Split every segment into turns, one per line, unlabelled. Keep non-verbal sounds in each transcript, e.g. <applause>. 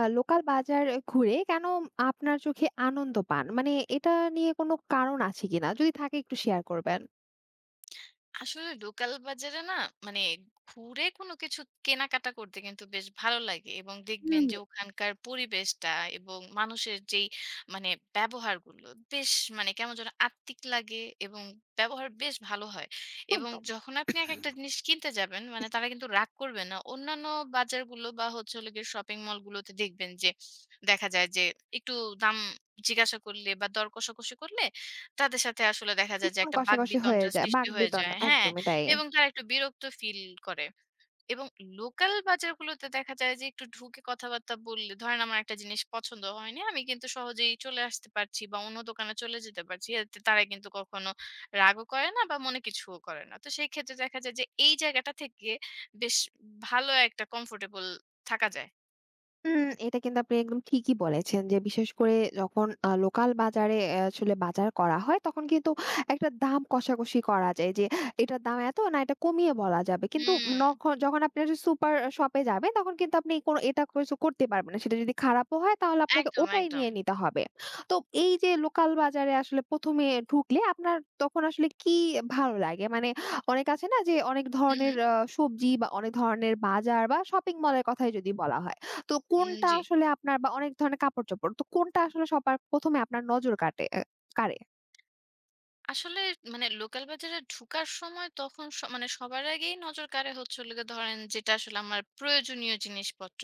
Local বাজার ঘুরে কেন আপনার চোখে আনন্দ পান? মানে এটা নিয়ে কোনো কারণ আছে কিনা? যদি থাকে একটু শেয়ার করবেন।
আসলে লোকাল বাজারে না মানে ঘুরে কোনো কিছু কেনাকাটা করতে কিন্তু বেশ ভালো লাগে এবং দেখবেন
হুম,
যে ওখানকার পরিবেশটা এবং মানুষের যেই মানে ব্যবহারগুলো বেশ মানে কেমন যেন আত্মিক লাগে এবং ব্যবহার বেশ ভালো হয় এবং
একদম।
যখন আপনি এক একটা জিনিস কিনতে যাবেন মানে তারা কিন্তু রাগ করবে না অন্যান্য বাজারগুলো বা হচ্ছে হলো গিয়ে শপিং মলগুলোতে দেখবেন যে দেখা যায় যে একটু দাম জিজ্ঞাসা করলে বা দর কষাকষি করলে তাদের সাথে আসলে দেখা যায় যে
ভীষণ
একটা
কষাকষি হয়ে
বাকবিতন্ডার
যায়।
সৃষ্টি হয়ে
বাকবিতণ্ডা
যায়। হ্যাঁ?
একদমই তাই।
এবং তারা একটু বিরক্ত ফিল করে। এবং লোকাল বাজারগুলোতে দেখা যায় যে একটু ঢুকে কথাবার্তা বললে ধরেন আমার একটা জিনিস পছন্দ হয়নি। আমি কিন্তু সহজেই চলে আসতে পারছি বা অন্য দোকানে চলে যেতে পারছি। এতে তারা কিন্তু কখনো রাগও করে না বা মনে কিছুও করে না। তো সেই ক্ষেত্রে দেখা যায় যে এই জায়গাটা থেকে বেশ ভালো একটা কমফোর্টেবল থাকা যায়।
হুম, এটা কিন্তু আপনি একদম ঠিকই বলেছেন যে বিশেষ করে যখন লোকাল বাজারে আসলে বাজার করা হয় তখন কিন্তু একটা দাম কষাকষি করা যায় যে এটার দাম এত না, এটা কমিয়ে বলা যাবে। কিন্তু
হুম,
নখ যখন আপনি একটা সুপার শপে যাবেন, তখন কিন্তু আপনি এটা কিছু করতে পারবেন না। সেটা যদি খারাপও হয় তাহলে আপনাকে
একদম,
ওটাই
একদম।
নিয়ে নিতে হবে। তো এই যে লোকাল বাজারে আসলে ১ম এ ঢুকলে আপনার তখন আসলে কি ভালো লাগে? মানে অনেক আছে না যে অনেক
হু, হু।
ধরনের সবজি বা অনেক ধরনের বাজার বা শপিং মলের কথাই যদি বলা হয়। তো
উম
কোনটা
জি।
আসলে আপনার বা অনেক ধরনের কাপড়-চোপড়। তো কোনটা আসলে সবার ১ম এ আপনার নজর কাটে অ্যা কাড়ে?
আসলে মানে লোকাল বাজারে ঢুকার সময় তখন মানে সবার আগেই নজর কাড়ে হচ্ছে হলো গিয়ে ধরেন যেটা আসলে আমার প্রয়োজনীয় জিনিসপত্র।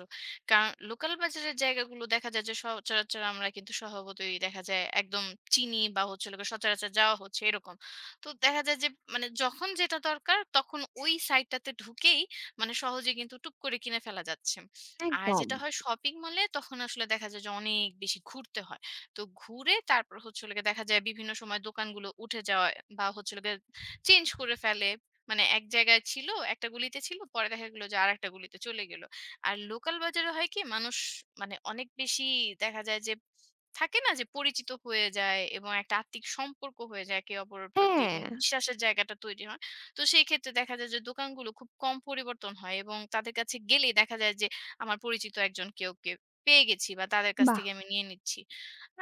কারণ লোকাল বাজারের জায়গাগুলো দেখা যায় যে সচরাচর আমরা কিন্তু স্বভাবতই দেখা যায় একদম চিনি বা হচ্ছে হলো গিয়ে সচরাচর যাওয়া হচ্ছে এরকম। তো দেখা যায় যে মানে যখন যেটা দরকার তখন ওই সাইটটাতে ঢুকেই মানে সহজে কিন্তু টুপ করে কিনে ফেলা যাচ্ছে। আর
একদম।
যেটা হয় শপিং মলে তখন আসলে দেখা যায় যে অনেক বেশি ঘুরতে হয়। তো ঘুরে তারপর হচ্ছে হলো গিয়ে দেখা যায় বিভিন্ন সময় দোকানগুলো উঠে যাওয়া বা হচ্ছে হলো গিয়ে চেঞ্জ করে ফেলে। মানে এক জায়গায় ছিল, একটা গলিতে ছিল, পরে দেখা গেল যে আরেকটা গলিতে চলে গেল। আর লোকাল বাজারে হয় কি মানুষ মানে অনেক বেশি দেখা যায় যে থাকে না যে পরিচিত হয়ে যায় এবং একটা আত্মিক সম্পর্ক হয়ে যায় একে অপরের প্রতি এবং
হ্যাঁ,
বিশ্বাসের জায়গাটা তৈরি হয়। তো সেই ক্ষেত্রে দেখা যায় যে দোকানগুলো খুব কম পরিবর্তন হয় এবং তাদের কাছে গেলেই দেখা যায় যে আমার পরিচিত একজন কেউ, কেউ পেয়ে গেছি বা তাদের কাছ
বাহ!
থেকে আমি নিয়ে নিচ্ছি।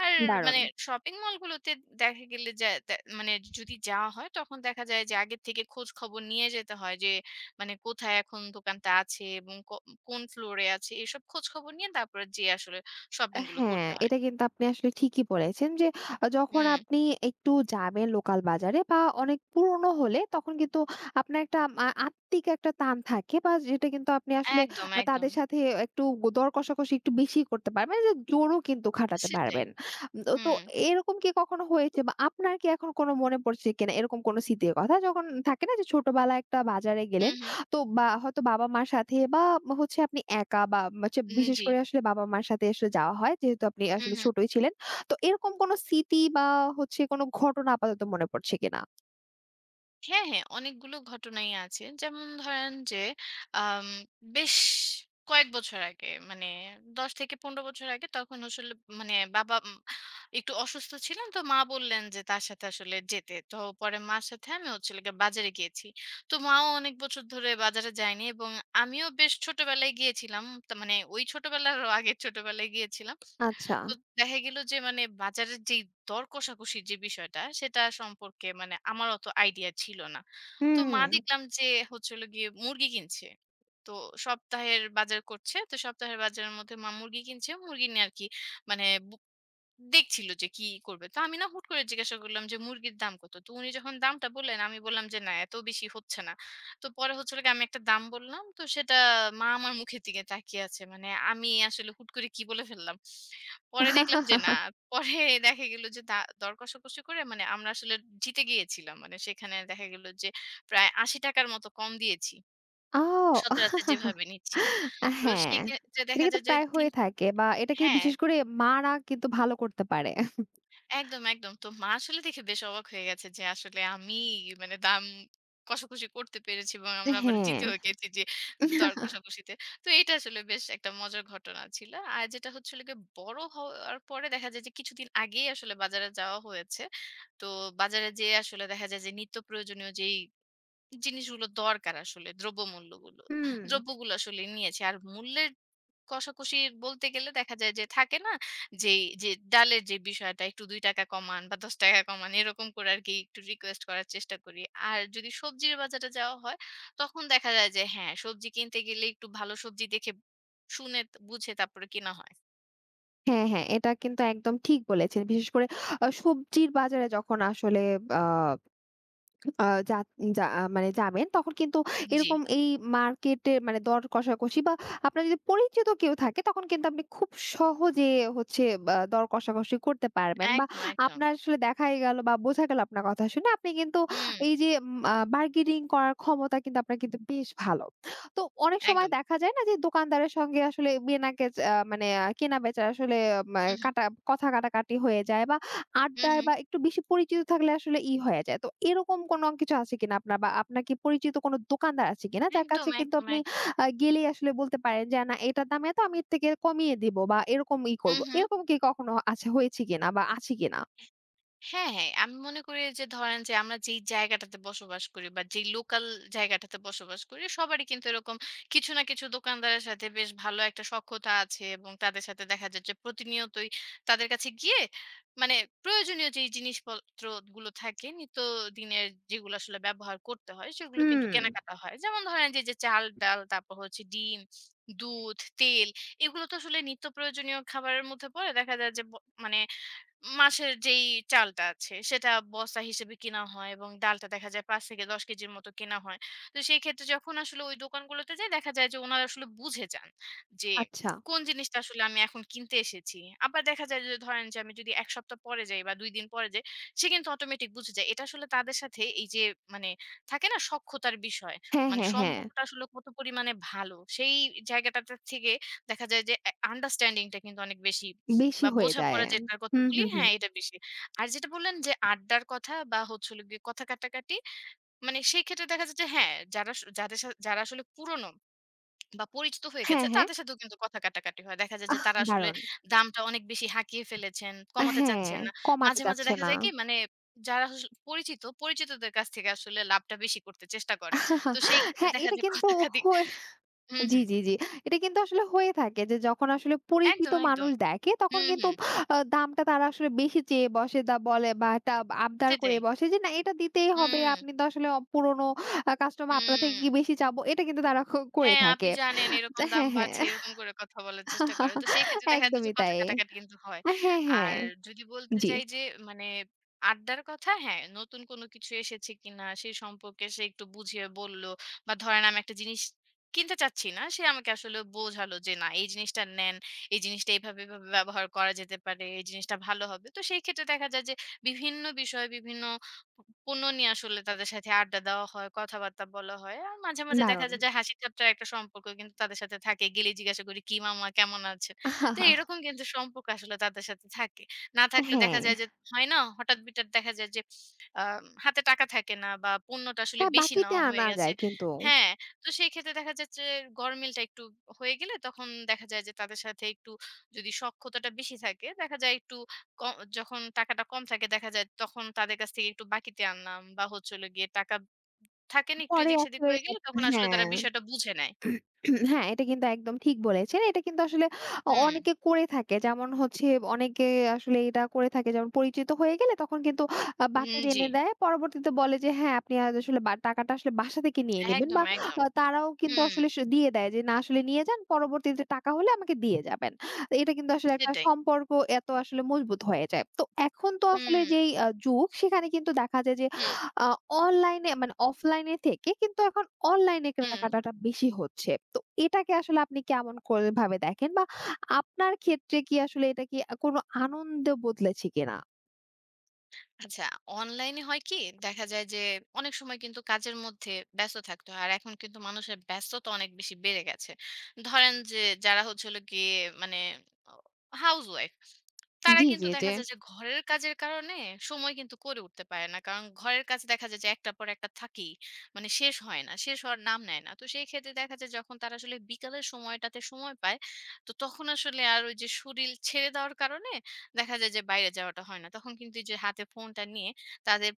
আর
দারুণ।
মানে শপিং মলগুলোতে দেখা গেলে যা তা মানে যদি যাওয়া হয় তখন দেখা যায় যে আগের থেকে খোঁজ খবর নিয়ে যেতে হয় যে মানে কোথায় এখন দোকানটা আছে এবং কোন ফ্লোরে আছে এসব খোঁজ খবর নিয়ে তারপরে যেয়ে আসলে শপিং গুলো
হ্যাঁ,
করতে হয়।
এটা কিন্তু আপনি আসলে ঠিকই বলেছেন যে যখন
হুম,
আপনি একটু যাবেন লোকাল বাজারে বা অনেক পুরনো হলে, তখন কিন্তু আপনার একটা আত্মিক একটা টান থাকে বা যেটা কিন্তু আপনি আসলে
একদম, একদম।
তাদের সাথে একটু দর কষাকষি একটু বেশি করতে পারবেন, যে জোরও কিন্তু খাটাতে
সেটাই।
পারবেন। তো তো
হুম,
এরকম কি কখনো হয়েছে বা আপনার কি এখন কোনো মনে পড়ছে কিনা এরকম কোনো স্মৃতির কথা, যখন থাকে না যে ছোটবেলায় একটা বাজারে
হুম,
গেলেন
হুম।
তো, বা হয়তো বাবা-মার সাথে বা হচ্ছে আপনি একা, বা হচ্ছে
উম
বিশেষ
জি।
করে আসলে বাবা-মার সাথে আসলে যাওয়া হয়। যেহেতু আপনি
হুম,
আসলে
হুম।
ছোটই ছিলেন। তো এরকম কোনো স্মৃতি বা হচ্ছে কোনো ঘটনা আপাতত মনে পড়ছে কিনা?
হ্যাঁ, হ্যাঁ, অনেকগুলো ঘটনাই আছে। যেমন ধরেন যে, আম বেশ কয়েক বছর আগে মানে ১০ থেকে ১৫ বছর আগে তখন আসলে মানে বাবা একটু অসুস্থ ছিলেন। তো মা বললেন যে, তার সাথে আসলে যেতে। তো পরে মার সাথে আমি হচ্ছে হলো গিয়ে বাজারে গিয়েছি। তো মাও অনেক বছর ধরে বাজারে যায়নি এবং আমিও বেশ ছোটবেলায় গিয়েছিলাম। তা মানে ওই ছোটবেলারও আগের ছোটবেলায় গিয়েছিলাম।
আচ্ছা।
তো দেখা গেল যে মানে বাজারের যেই দর কষাকষির যে বিষয়টা সেটা সম্পর্কে মানে আমার অত আইডিয়া ছিল না। তো
হুম।
মা দেখলাম যে হচ্ছে হলো গিয়ে মুরগি কিনছে। তো সপ্তাহের বাজার করছে। তো সপ্তাহের বাজারের মধ্যে মা মুরগি কিনছে। মুরগি নিয়ে আরকি মানে দেখছিল যে কি করবে। তো আমি না হুট করে জিজ্ঞাসা করলাম যে, "মুরগির দাম কত?" তো উনি যখন দামটা বললেন, আমি বললাম যে, "না, এত বেশি হচ্ছে না।" তো পরে হচ্ছে হলো গিয়ে আমি একটা দাম বললাম। তো সেটা মা আমার মুখের দিকে তাকিয়ে আছে। মানে আমি আসলে হুট করে কি বলে ফেললাম। পরে দেখলাম যে না,
<laughs>
পরে দেখা গেল যে দর কষাকষি করে মানে আমরা আসলে জিতে গিয়েছিলাম। মানে সেখানে দেখা গেল যে প্রায় ৳৮০ র মতো কম দিয়েছি।
ও!
সচরাচর যেভাবে নিচ্ছিলাম। তো
হ্যাঁ,
সেই ক্ষেত্রে
এটা
দেখা
কিন্তু
যায় যে
প্রায়
তিন
হয়ে থাকে বা এটাকে
হ্যাঁ।
বিশেষ করে মারা কিন্তু ভালো করতে পারে।
একদম, একদম। তো মা আসলে দেখে বেশ অবাক হয়ে গেছে যে আসলে আমি মানে দাম কষাকষি করতে পেরেছি এবং আমরা আবার
হ্যাঁ।
জিতেও গেছি যে দর
<laughs>
কষাকষিতে। তো এটা আসলে বেশ একটা মজার ঘটনা ছিল। আর যেটা হচ্ছিল গিয়ে বড় হওয়ার পরে দেখা যায় যে কিছুদিন আগেই আসলে বাজারে যাওয়া হয়েছে। তো বাজারে যেয়ে আসলে দেখা যায় যে নিত্য প্রয়োজনীয় যেই জিনিসগুলো দরকার আসলে দ্রব্যমূল্যগুলো।
হুম।
দ্রব্যগুলো আসলে নিয়েছে। আর মূল্যের কষাকষি বলতে গেলে দেখা যায় যে থাকে না? যেই যে ডালের যে বিষয়টা একটু ৳২ কমান বা ৳১০ কমান এরকম করে আরকি একটু রিকোয়েস্ট করার চেষ্টা করি। আর যদি সবজির বাজারে যাওয়া হয় তখন দেখা যায় যে হ্যাঁ, সবজি কিনতে গেলে একটু ভালো সবজি দেখে শুনে বুঝে তারপরে কেনা হয়।
হ্যাঁ, হ্যাঁ। এটা কিন্তু একদম ঠিক বলেছেন। বিশেষ করে সবজির বাজারে যখন আসলে আ আ যা যা আহ, মানে যাবেন, তখন কিন্তু
জি।
এরকম এই মার্কেটে মানে দর কষাকষি বা আপনার যদি পরিচিত কেউ থাকে, তখন কিন্তু আপনি খুব সহজে হচ্ছে বা দর কষাকষি করতে পারবেন বা
একদম, একদম।
আপনার আসলে দেখাই গেল বা বোঝা গেল আপনার কথা শুনে আপনি কিন্তু
হুম,
এই যে উম, আ বার্গেনিং করার ক্ষমতা কিন্তু আপনার কিন্তু বেশ ভালো। তো অনেক সময়
একদম।
দেখা যায় না যে দোকানদারের সঙ্গে আসলে বেনাকে আ মানে কেনা বেচা আসলে আ
হু, হু।
কাটা কথা কাটাকাটি হয়ে যায় বা
হু,
আড্ডায়
হু।
বা একটু বেশি পরিচিত থাকলে আসলে ই হয়ে যায়। তো এরকম কোনো কিছু আছে কিনা আপনার? বা আপনার কি পরিচিত কোনো দোকানদার আছে কিনা? যার
একদম,
কাছে কিন্তু
একদম,
আপনি
একদম।
গেলেই আসলে বলতে পারেন যে, "না এটার দাম এত, আমি এর থেকে কমিয়ে দিব বা এরকম ই
হু,
করব।"
হু।
এরকম কি কখনো আছে হয়েছে কিনা বা আছে কিনা?
হ্যাঁ, হ্যাঁ। আমি মনে করি যে ধরেন যে আমরা যেই জায়গাটাতে বসবাস করি বা যেই লোকাল জায়গাটাতে বসবাস করি সবারই কিন্তু এরকম কিছু না কিছু দোকানদারের সাথে বেশ ভালো একটা সখ্যতা আছে এবং তাদের সাথে দেখা যায় যে প্রতিনিয়তই তাদের কাছে গিয়ে মানে প্রয়োজনীয় যেই জিনিসপত্র গুলো থাকে নিত্য দিনের যেগুলো আসলে ব্যবহার করতে হয় সেগুলো কিন্তু
হুম,
কেনাকাটা হয়। যেমন ধরেন যে, যে চাল, ডাল তারপর হচ্ছে ডিম, দুধ, তেল এগুলো তো আসলে নিত্য প্রয়োজনীয় খাবারের মধ্যে পড়ে। দেখা যায় যে মানে মাসের যেই চালটা আছে সেটা বস্তা হিসেবে কেনা হয় এবং ডালটা দেখা যায় ৫ থেকে ১০ কেজির মতো কেনা হয়। তো সেই ক্ষেত্রে যখন আসলে ওই দোকানগুলোতে যাই দেখা যায় যে উনারা আসলে বুঝে যান যে
আচ্ছা।
কোন জিনিসটা আসলে আমি এখন কিনতে এসেছি। আবার দেখা যায় যে ধরেন যে আমি যদি ১ সপ্তাহ পরে যাই বা ২ দিন পরে যাই সে কিন্তু অটোমেটিক বুঝে যায়। এটা আসলে তাদের সাথে এই যে মানে থাকে না সখ্যতার বিষয়।
হ্যাঁ,
মানে
হ্যাঁ, হ্যাঁ।
সম্পর্কটা আসলে কত পরিমাণে ভালো সেই জায়গাটাতে থেকে দেখা যায় যে এ আন্ডারস্ট্যান্ডিংটা কিন্তু অনেক বেশি
বেশি
বা
হয়ে যায়।
বোঝাপড়া যেটার কথা
হুম,
বলি
হুম, হুম।
হ্যাঁ, এটা বেশি। আর যেটা বললেন যে আড্ডার কথা বা হচ্ছে হলো গিয়ে কথা কাটাকাটি, মানে সেই ক্ষেত্রে দেখা যায় যে হ্যাঁ, যারা আস যাদের সা যারা আসলে পুরনো বা পরিচিত হয়ে গেছে
হ্যাঁ, হ্যাঁ।
তাদের সাথেও কিন্তু কথা কাটাকাটি হয়। দেখা যায় যে
আহ,
তারা আসলে
দারুণ!
দামটা অনেক বেশি হাঁকিয়ে ফেলেছেন, কমাতে
হ্যাঁ,
চাচ্ছেন না।
কমাতে
মাঝে, মাঝে
চাচ্ছে
দেখা
না।
যায় কি মানে যারা আসলে পরিচিত, পরিচিতদের কাছ থেকে আসলে লাভটা বেশি করতে চেষ্টা করে। তো সেই ক্ষেত্রে
হ্যাঁ,
দেখা
এটা
যায়
কিন্তু
কথা কাটি
হয়ে
হুম,
জি,
হুম।
জি, জি। এটা কিন্তু আসলে হয়ে থাকে যে যখন আসলে পরিচিত
একদম,
মানুষ
একদম।
দেখে তখন
হুম,
কিন্তু
হুম।
দামটা তারা আসলে বেশি চেয়ে বসে, বলে বা একটা আবদার করে
সেটাই।
বসে যে না, এটা দিতেই হবে।
হুম,
আপনি তো আসলে পুরনো কাস্টমার, আপনার থেকে
হুম।
কি বেশি চাবো? এটা কিন্তু তারা করে
হ্যাঁ, আপনি
থাকে।
জানেন এরকম দাম
হ্যাঁ, হ্যাঁ।
বাড়ছে, এরকম করে কথা বলার চেষ্টা করে। তো সেই ক্ষেত্রে দেখা যায় যে
একদমই
কথা
তাই।
কাটাকাটি কিন্তু হয়।
হ্যাঁ,
আর
হ্যাঁ।
যদি বলতে
জি,
যাই যে মানে আড্ডার কথা হ্যাঁ, নতুন কোনো কিছু এসেছে কিনা সে সম্পর্কে সে একটু বুঝিয়ে বলল বা ধরেন আমি একটা জিনিস কিনতে চাচ্ছি না। সে আমাকে আসলে বোঝালো যে না এই জিনিসটা নেন, এই জিনিসটা এভাবে, এভাবে ব্যবহার করা যেতে পারে, এই জিনিসটা ভালো হবে। তো সেই ক্ষেত্রে দেখা যায় যে বিভিন্ন বিষয়ে বিভিন্ন পণ্য নিয়ে আসলে তাদের সাথে আড্ডা দেওয়া হয়, কথাবার্তা বলা হয়। আর মাঝে, মাঝে দেখা
দারুণ।
যায় যে হাসি-ঠাট্টার একটা সম্পর্ক কিন্তু তাদের সাথে থাকে। গেলেই জিজ্ঞাসা করি, "কি মামা কেমন আছেন?" তো এরকম কিন্তু সম্পর্ক আসলে তাদের সাথে থাকে। না থাকলে দেখা
হ্যাঁ,
যায় যে হয় না? হঠাৎ বিঠাৎ দেখা যায় যে আ হাতে টাকা থাকে না বা পণ্যটা আসলে
হ্যাঁ,
বেশি
বাকিতে
নেওয়া হয়ে
আনা
গেছে
যায় কিন্তু
হ্যাঁ, তো সেই ক্ষেত্রে দেখা যাচ্ছে গরমিলটা একটু হয়ে গেলে তখন দেখা যায় যে তাদের সাথে একটু যদি সখ্যতাটা বেশি থাকে দেখা যায় একটু ক যখন টাকাটা কম থাকে দেখা যায় তখন তাদের কাছ থেকে একটু বাকিতে আনলাম বা হচ্ছে হলো গিয়ে টাকা থাকে না একটু
পরে
এদিক-সেদিক
আসলে
হয়ে গেলে তখন আসলে তারা
হ্যাঁ।
বিষয়টা বুঝে নেয়।
<clears throat> হ্যাঁ, এটা কিন্তু একদম ঠিক বলেছেন। এটা কিন্তু আসলে
হুম,
অনেকে করে থাকে। যেমন হচ্ছে অনেকে আসলে এটা করে থাকে, যেমন পরিচিত হয়ে গেলে তখন কিন্তু
হুম,
বাকির
জি।
এনে দেয়। পরবর্তীতে বলে যে হ্যাঁ, আপনি আজ আসলে বা টাকাটা আসলে বাসা থেকে নিয়ে নিবেন
একদম,
বা
একদম।
তারাও কিন্তু
হুম,
আসলে দিয়ে দেয় যে না, আসলে নিয়ে যান। পরবর্তীতে টাকা হলে আমাকে দিয়ে যাবেন। তো এটা কিন্তু আসলে একটা
সেটাই।
সম্পর্ক এত আসলে মজবুত হয়ে যায়। তো এখন তো আসলে
হুম,
যেই যুগ, সেখানে কিন্তু দেখা যায় যে
হুম,
আ অনলাইনে মানে অফলাইনে থেকে কিন্তু এখন অনলাইনে
হুম।
কেনাকাটাটা বেশি হচ্ছে। তো এটাকে আসলে আপনি কেমন করে ভাবে দেখেন? বা আপনার ক্ষেত্রে কি আসলে এটা কি কোনো আনন্দে বদলেছে কিনা?
আচ্ছা অনলাইনে হয় কি দেখা যায় যে অনেক সময় কিন্তু কাজের মধ্যে ব্যস্ত থাকতে হয়। আর এখন কিন্তু মানুষের ব্যস্ততা অনেক বেশি বেড়ে গেছে। ধরেন যে যারা হচ্ছে হলো গিয়ে মানে অ হাউসওয়াইফ তারা
জি,
কিন্তু
জি, জি।
দেখা যায় যে ঘরের কাজের কারণে সময় কিন্তু করে উঠতে পারে না। কারণ ঘরের কাজ দেখা যায় যে একটার পর একটা থাকেই। মানে শেষ হয় না। শেষ হওয়ার নাম নেয় না। তো সেই ক্ষেত্রে দেখা যায় যখন তারা আসলে বিকালের সময়টাতে সময় পায়, তো তখন আসলে আর ওই যে শরীর ছেড়ে দেওয়ার কারণে দেখা যায় যে বাইরে যাওয়াটা হয় না। তখন কিন্তু এই যে হাতে ফোনটা নিয়ে তাদের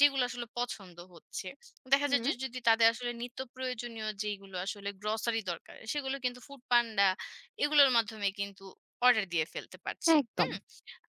যেগুলো আসলে পছন্দ হচ্ছে, দেখা যায়
হুম,
যে যদি তাদের আসলে নিত্য প্রয়োজনীয় যেইগুলো আসলে গ্রোসারি দরকার, সেগুলো কিন্তু ফুড পান্ডা এগুলোর মাধ্যমে কিন্তু অর্ডার দিয়ে ফেলতে পারছে।
একদম।
হুম?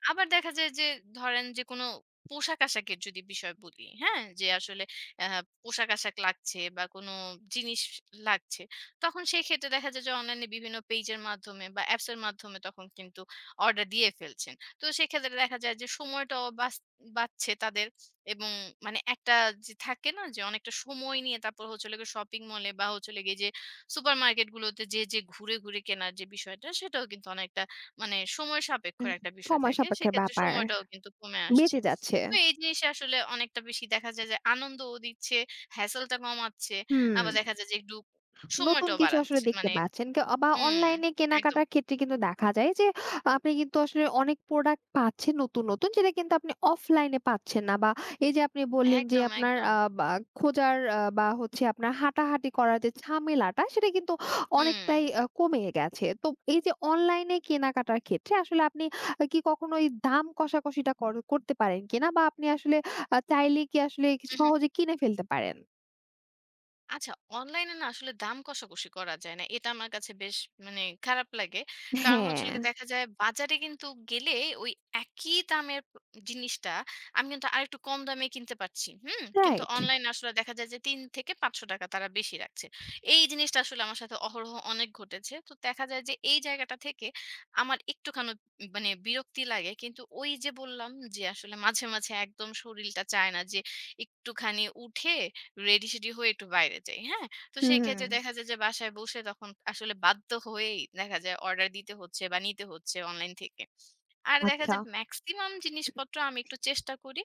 আবার দেখা যায় যে ধরেন যে কোনো পোশাক-আশাকের যদি বিষয় বলি, হ্যাঁ? যে আসলে আ পোশাক-আশাক লাগছে বা কোনো জিনিস লাগছে। তখন সেই ক্ষেত্রে দেখা যায় যে অনলাইনে বিভিন্ন পেজের মাধ্যমে বা অ্যাপস এর মাধ্যমে তখন কিন্তু অর্ডার দিয়ে ফেলছেন। তো সেক্ষেত্রে দেখা যায় যে সময়টাও বাঁচছে তাদের এবং মানে একটা যে থাকে না যে অনেকটা সময় নিয়ে তারপর হচ্ছে হলো গিয়ে শপিং মলে বা হচ্ছে হলো গিয়ে যে সুপারমার্কেটগুলোতে যেয়ে, যেয়ে ঘুরে, ঘুরে কেনার যে বিষয়টা সেটাও কিন্তু অনেকটা মানে সময় সাপেক্ষর একটা বিষয়
সময়
থাকে।
সাপেক্ষের
সেক্ষেত্রে
ব্যাপার।
সময়টাও কিন্তু কমে আসছে।
বেঁচে যাচ্ছে।
তো এই জিনিসে আসলে অনেকটা বেশি দেখা যায় যে আনন্দও দিচ্ছে, hassle টা কমাচ্ছে।
হুম।
আবার দেখা যায় যে একটু
নতুন
সময়টাও
কিছু আসলে
বাড়াচ্ছে।
দেখতে
মানে
পাচ্ছেন কে বা
হুম,
অনলাইনে
একদম,
কেনাকাটার ক্ষেত্রে কিন্তু দেখা যায় যে আপনি কিন্তু আসলে অনেক প্রোডাক্ট পাচ্ছেন, নতুন নতুন যেটা কিন্তু আপনি অফলাইনে পাচ্ছেন না বা এই যে আপনি বললেন যে
একদম,
আপনার
একদম।
বা খোঁজার বা হচ্ছে আপনার হাঁটাহাঁটি করার যে ঝামেলাটা, সেটা কিন্তু
হুম।
অনেকটাই কমে গেছে। তো এই যে অনলাইনে কেনাকাটার ক্ষেত্রে আসলে আপনি কি কখনো এই দাম কষাকষিটা করতে পারেন কিনা বা আপনি আসলে চাইলে কি আসলে
হু, হু।
সহজে কিনে ফেলতে পারেন?
আচ্ছা, অনলাইনে না আসলে দাম কষাকষি করা যায় না। এটা আমার কাছে বেশ মানে খারাপ লাগে। কারণ হচ্ছে
হ্যাঁ।
হলো গিয়ে দেখা যায় বাজারে কিন্তু গেলে ওই একই দামের জিনিসটা আমি কিন্তু আরেকটু কম দামে কিনতে পারছি। হুম? কিন্তু
রাইট।
অনলাইনে আসলে দেখা যায় যে ৳৩ থেকে ৳৫০০ তারা বেশি রাখছে। এই জিনিসটা আসলে আমার সাথে অহরহ অনেক ঘটেছে। তো দেখা যায় যে এই জায়গাটা থেকে আমার একটুখানি মানে বিরক্তি লাগে। কিন্তু ওই যে বললাম যে আসলে মাঝে, মাঝে একদম শরীরটা চায় না যে একটুখানি উঠে রেডি-সেডি হয়ে একটু বাইরে যাই, হ্যাঁ? তো সেই ক্ষেত্রে
হুম।
দেখা যায় যে বাসায় বসে তখন আসলে বাধ্য হয়েই দেখা যায় অর্ডার দিতে হচ্ছে বা নিতে হচ্ছে অনলাইন থেকে। আর দেখা
আচ্ছা,
যায় মেক্সিমাম জিনিসপত্র আমি একটু চেষ্টা করি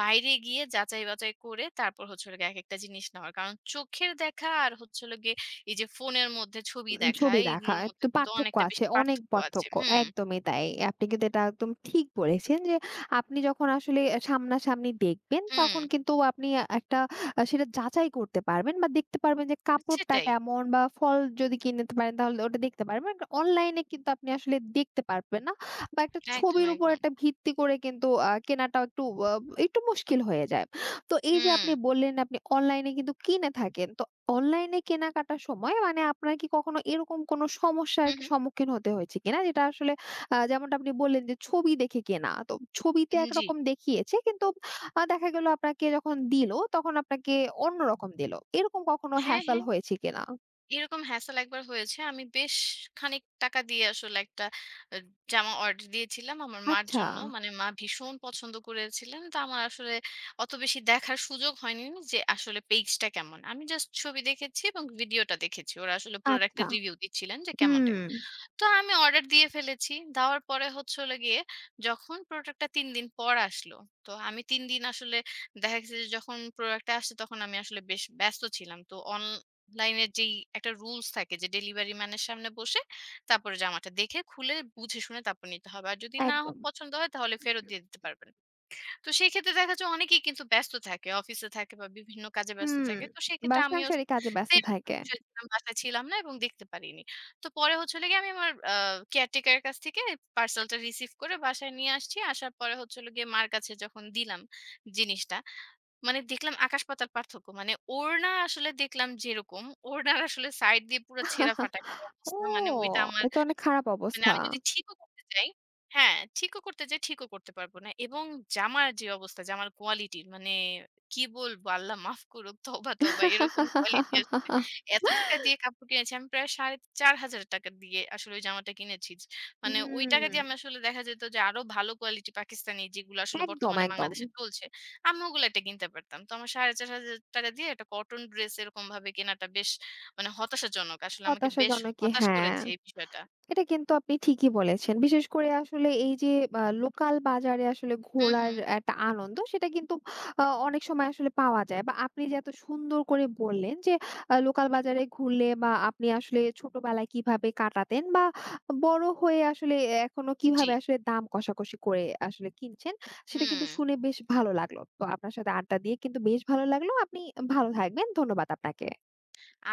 বাইরে গিয়ে যাচাই-বাচাই করে তারপর হচ্ছে হলো গিয়ে একেকটা জিনিস নেওয়ার। কারণ চোখের দেখা আর হচ্ছে হলো গিয়ে এই যে ফোনের মধ্যে ছবি দেখা
ছবি দেখা।
এইগুলোর মধ্যে
তো
কিন্তু
পার্থক্য
অনেকটা
আছে,
বেশি
অনেক
পার্থক্য আছে।
পার্থক্য।
হুম,
একদমই তাই। আপনি কিন্তু এটা একদম ঠিক বলেছেন যে, আপনি যখন আসলে সামনাসামনি দেখবেন,
হুম।
তখন কিন্তু আপনি একটা সেটা যাচাই করতে পারবেন বা দেখতে পারবেন যে কাপড়টা
সেটাই।
কেমন, বা ফল যদি কিনতে পারেন, তাহলে ওটা দেখতে পারবেন। একটা অনলাইনে কিন্তু আপনি আসলে দেখতে পারবেন না, বা একটা
একদম,
ছবির উপর
একদম।
একটা ভিত্তি করে কিন্তু কেনাটাও একটু আ একটু মুশকিল হয়ে যায়। তো এই যে
হুম,
আপনি বললেন, আপনি অনলাইনে কিন্তু কিনে থাকেন। তো অনলাইনে কেনাকাটার সময় মানে আপনার কি কখনো এরকম কোনো সমস্যার
হুম,
কি
হুম।
সম্মুখীন হতে হয়েছে কিনা? যেটা আসলে যেমনটা আপনি বললেন যে ছবি দেখে কেনা। তো ছবিতে
জি।
একরকম দেখিয়েছে কিন্তু দেখা গেল আপনাকে যখন দিল, তখন আপনাকে অন্যরকম দিল। এরকম কখনো
হ্যাঁ,
হ্যাসেল
হ্যাঁ।
হয়েছে কিনা?
এরকম হ্যাসেল একবার হয়েছে। আমি বেশ খানিক টাকা দিয়ে আসলে একটা আ জামা অর্ডার দিয়েছিলাম আমার মার
আচ্ছা,
জন্য। মানে মা ভীষণ পছন্দ করেছিলেন। তো আমার আসলে অত বেশি দেখার সুযোগ হয়নি যে আসলে পেজটা কেমন। আমি জাস্ট ছবি দেখেছি এবং ভিডিওটা দেখেছি। ওরা আসলে প্রোডাক্টের
আচ্ছা।
রিভিউ দিচ্ছিলেন যে কেমন
হুম,
তো আমি অর্ডার দিয়ে ফেলেছি। দেওয়ার পরে হচ্ছে হলো গিয়ে যখন প্রোডাক্টটা ৩ দিন পর আসলো, তো আমি ৩ দিন আসলে দেখা গেছে যে যখন প্রোডাক্টটা আসছে তখন আমি আসলে বেশ ব্যস্ত ছিলাম। তো অনলাইনের যেই একটা রুলস থাকে যে ডেলিভারি ম্যানের সামনে বসে তারপরে জামাটা দেখে খুলে বুঝে শুনে তারপর নিতে হবে। আর যদি না
একদম।
পছন্দ হয় তাহলে ফেরত দিয়ে দিতে পারবেন। তো সেই ক্ষেত্রে দেখা যায় অনেকেই কিন্তু ব্যস্ত থাকে। অফিসে থাকে বা বিভিন্ন কাজে ব্যস্ত
হুম,
থাকে। তো
বা
সেক্ষেত্রে আমিও
সাংসারিক কাজে ব্যস্ত
সেম
থাকে।
সিচুয়েশন এ বাসায় ছিলাম না এবং দেখতে পারিনি। তো পরে হচ্ছে হলো গিয়ে আমি আমার কেয়ারটেকার এর কাছ থেকে পার্সেলটা রিসিভ করে বাসায় নিয়ে আসছি। আসার পরে হচ্ছে হলো গিয়ে মার কাছে যখন দিলাম জিনিসটা, মানে দেখলাম আকাশ-পাতাল পার্থক্য। মানে ওড়না আসলে দেখলাম যেরকম, ওড়নার আসলে সাইড দিয়ে পুরা ছেঁড়া-ফাটা একটা
ও!
অবস্থা। মানে ওইটা আমার
এ তো অনেক খারাপ
মানে
অবস্থা।
আমি যদি ঠিকও করতে চাই হ্যাঁ, ঠিকও করতে চাই, ঠিকও করতে পারব না। এবং জামার যে অবস্থা, জামার কোয়ালিটি মানে কি বলব? আল্লাহ মাফ করুক, তওবা, তওবা এরকম কোয়ালিটি আসলে। এত টাকা দিয়ে কাপড় কিনেছি। আমি প্রায় ৳৪,৫০০ দিয়ে আসলে ওই জামাটা কিনেছি। মানে ওই টাকা দিয়ে
হুম,
আমি আসলে দেখা যেত যে আরো ভালো কোয়ালিটি পাকিস্তানি যেগুলো আসলে
একদম,
বর্তমানে
একদম।
বাংলাদেশে চলছে, আমি ওগুলো একটা কিনতে পারতাম। তো আমার ৳৪,৫০০ দিয়ে একটা কটন ড্রেস এরকমভাবে কেনাটা বেশ মানে হতাশাজনক। আসলে আমাকে বেশ
হতাশাজনকই,
হতাশ
হ্যাঁ।
করেছে এই বিষয়টা।
এটা কিন্তু আপনি ঠিকই বলেছেন। বিশেষ করে আসলে এই যে লোকাল বাজারে আসলে
হুম,
ঘোরার
হুম।
একটা আনন্দ, সেটা কিন্তু অনেক সময় আসলে পাওয়া যায়, বা আপনি যে এত সুন্দর করে বললেন যে লোকাল বাজারে ঘুরলে বা আপনি আসলে ছোটবেলায় কিভাবে কাটাতেন বা বড় হয়ে আসলে এখনো
জি।
কিভাবে আসলে দাম কষাকষি করে আসলে কিনছেন, সেটা কিন্তু
হুম।
শুনে বেশ ভালো লাগলো। তো আপনার সাথে আড্ডা দিয়ে কিন্তু বেশ ভালো লাগলো। আপনি ভালো থাকবেন। ধন্যবাদ আপনাকে।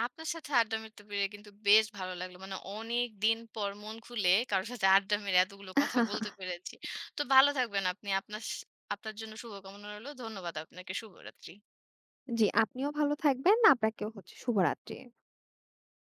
আপনার সাথে আড্ডা মারতে পেরে কিন্তু বেশ ভালো লাগলো। মানে অনেকদিন পর মন খুলে কারো সাথে আড্ডা মেরে এতগুলো কথা বলতে পেরেছি। তো ভালো থাকবেন আপনি। আপনার আপনার জন্য শুভকামনা রইলো। ধন্যবাদ আপনাকে। শুভরাত্রি।
জি, আপনিও ভালো থাকবেন। আপনাকেও হচ্ছে শুভরাত্রি।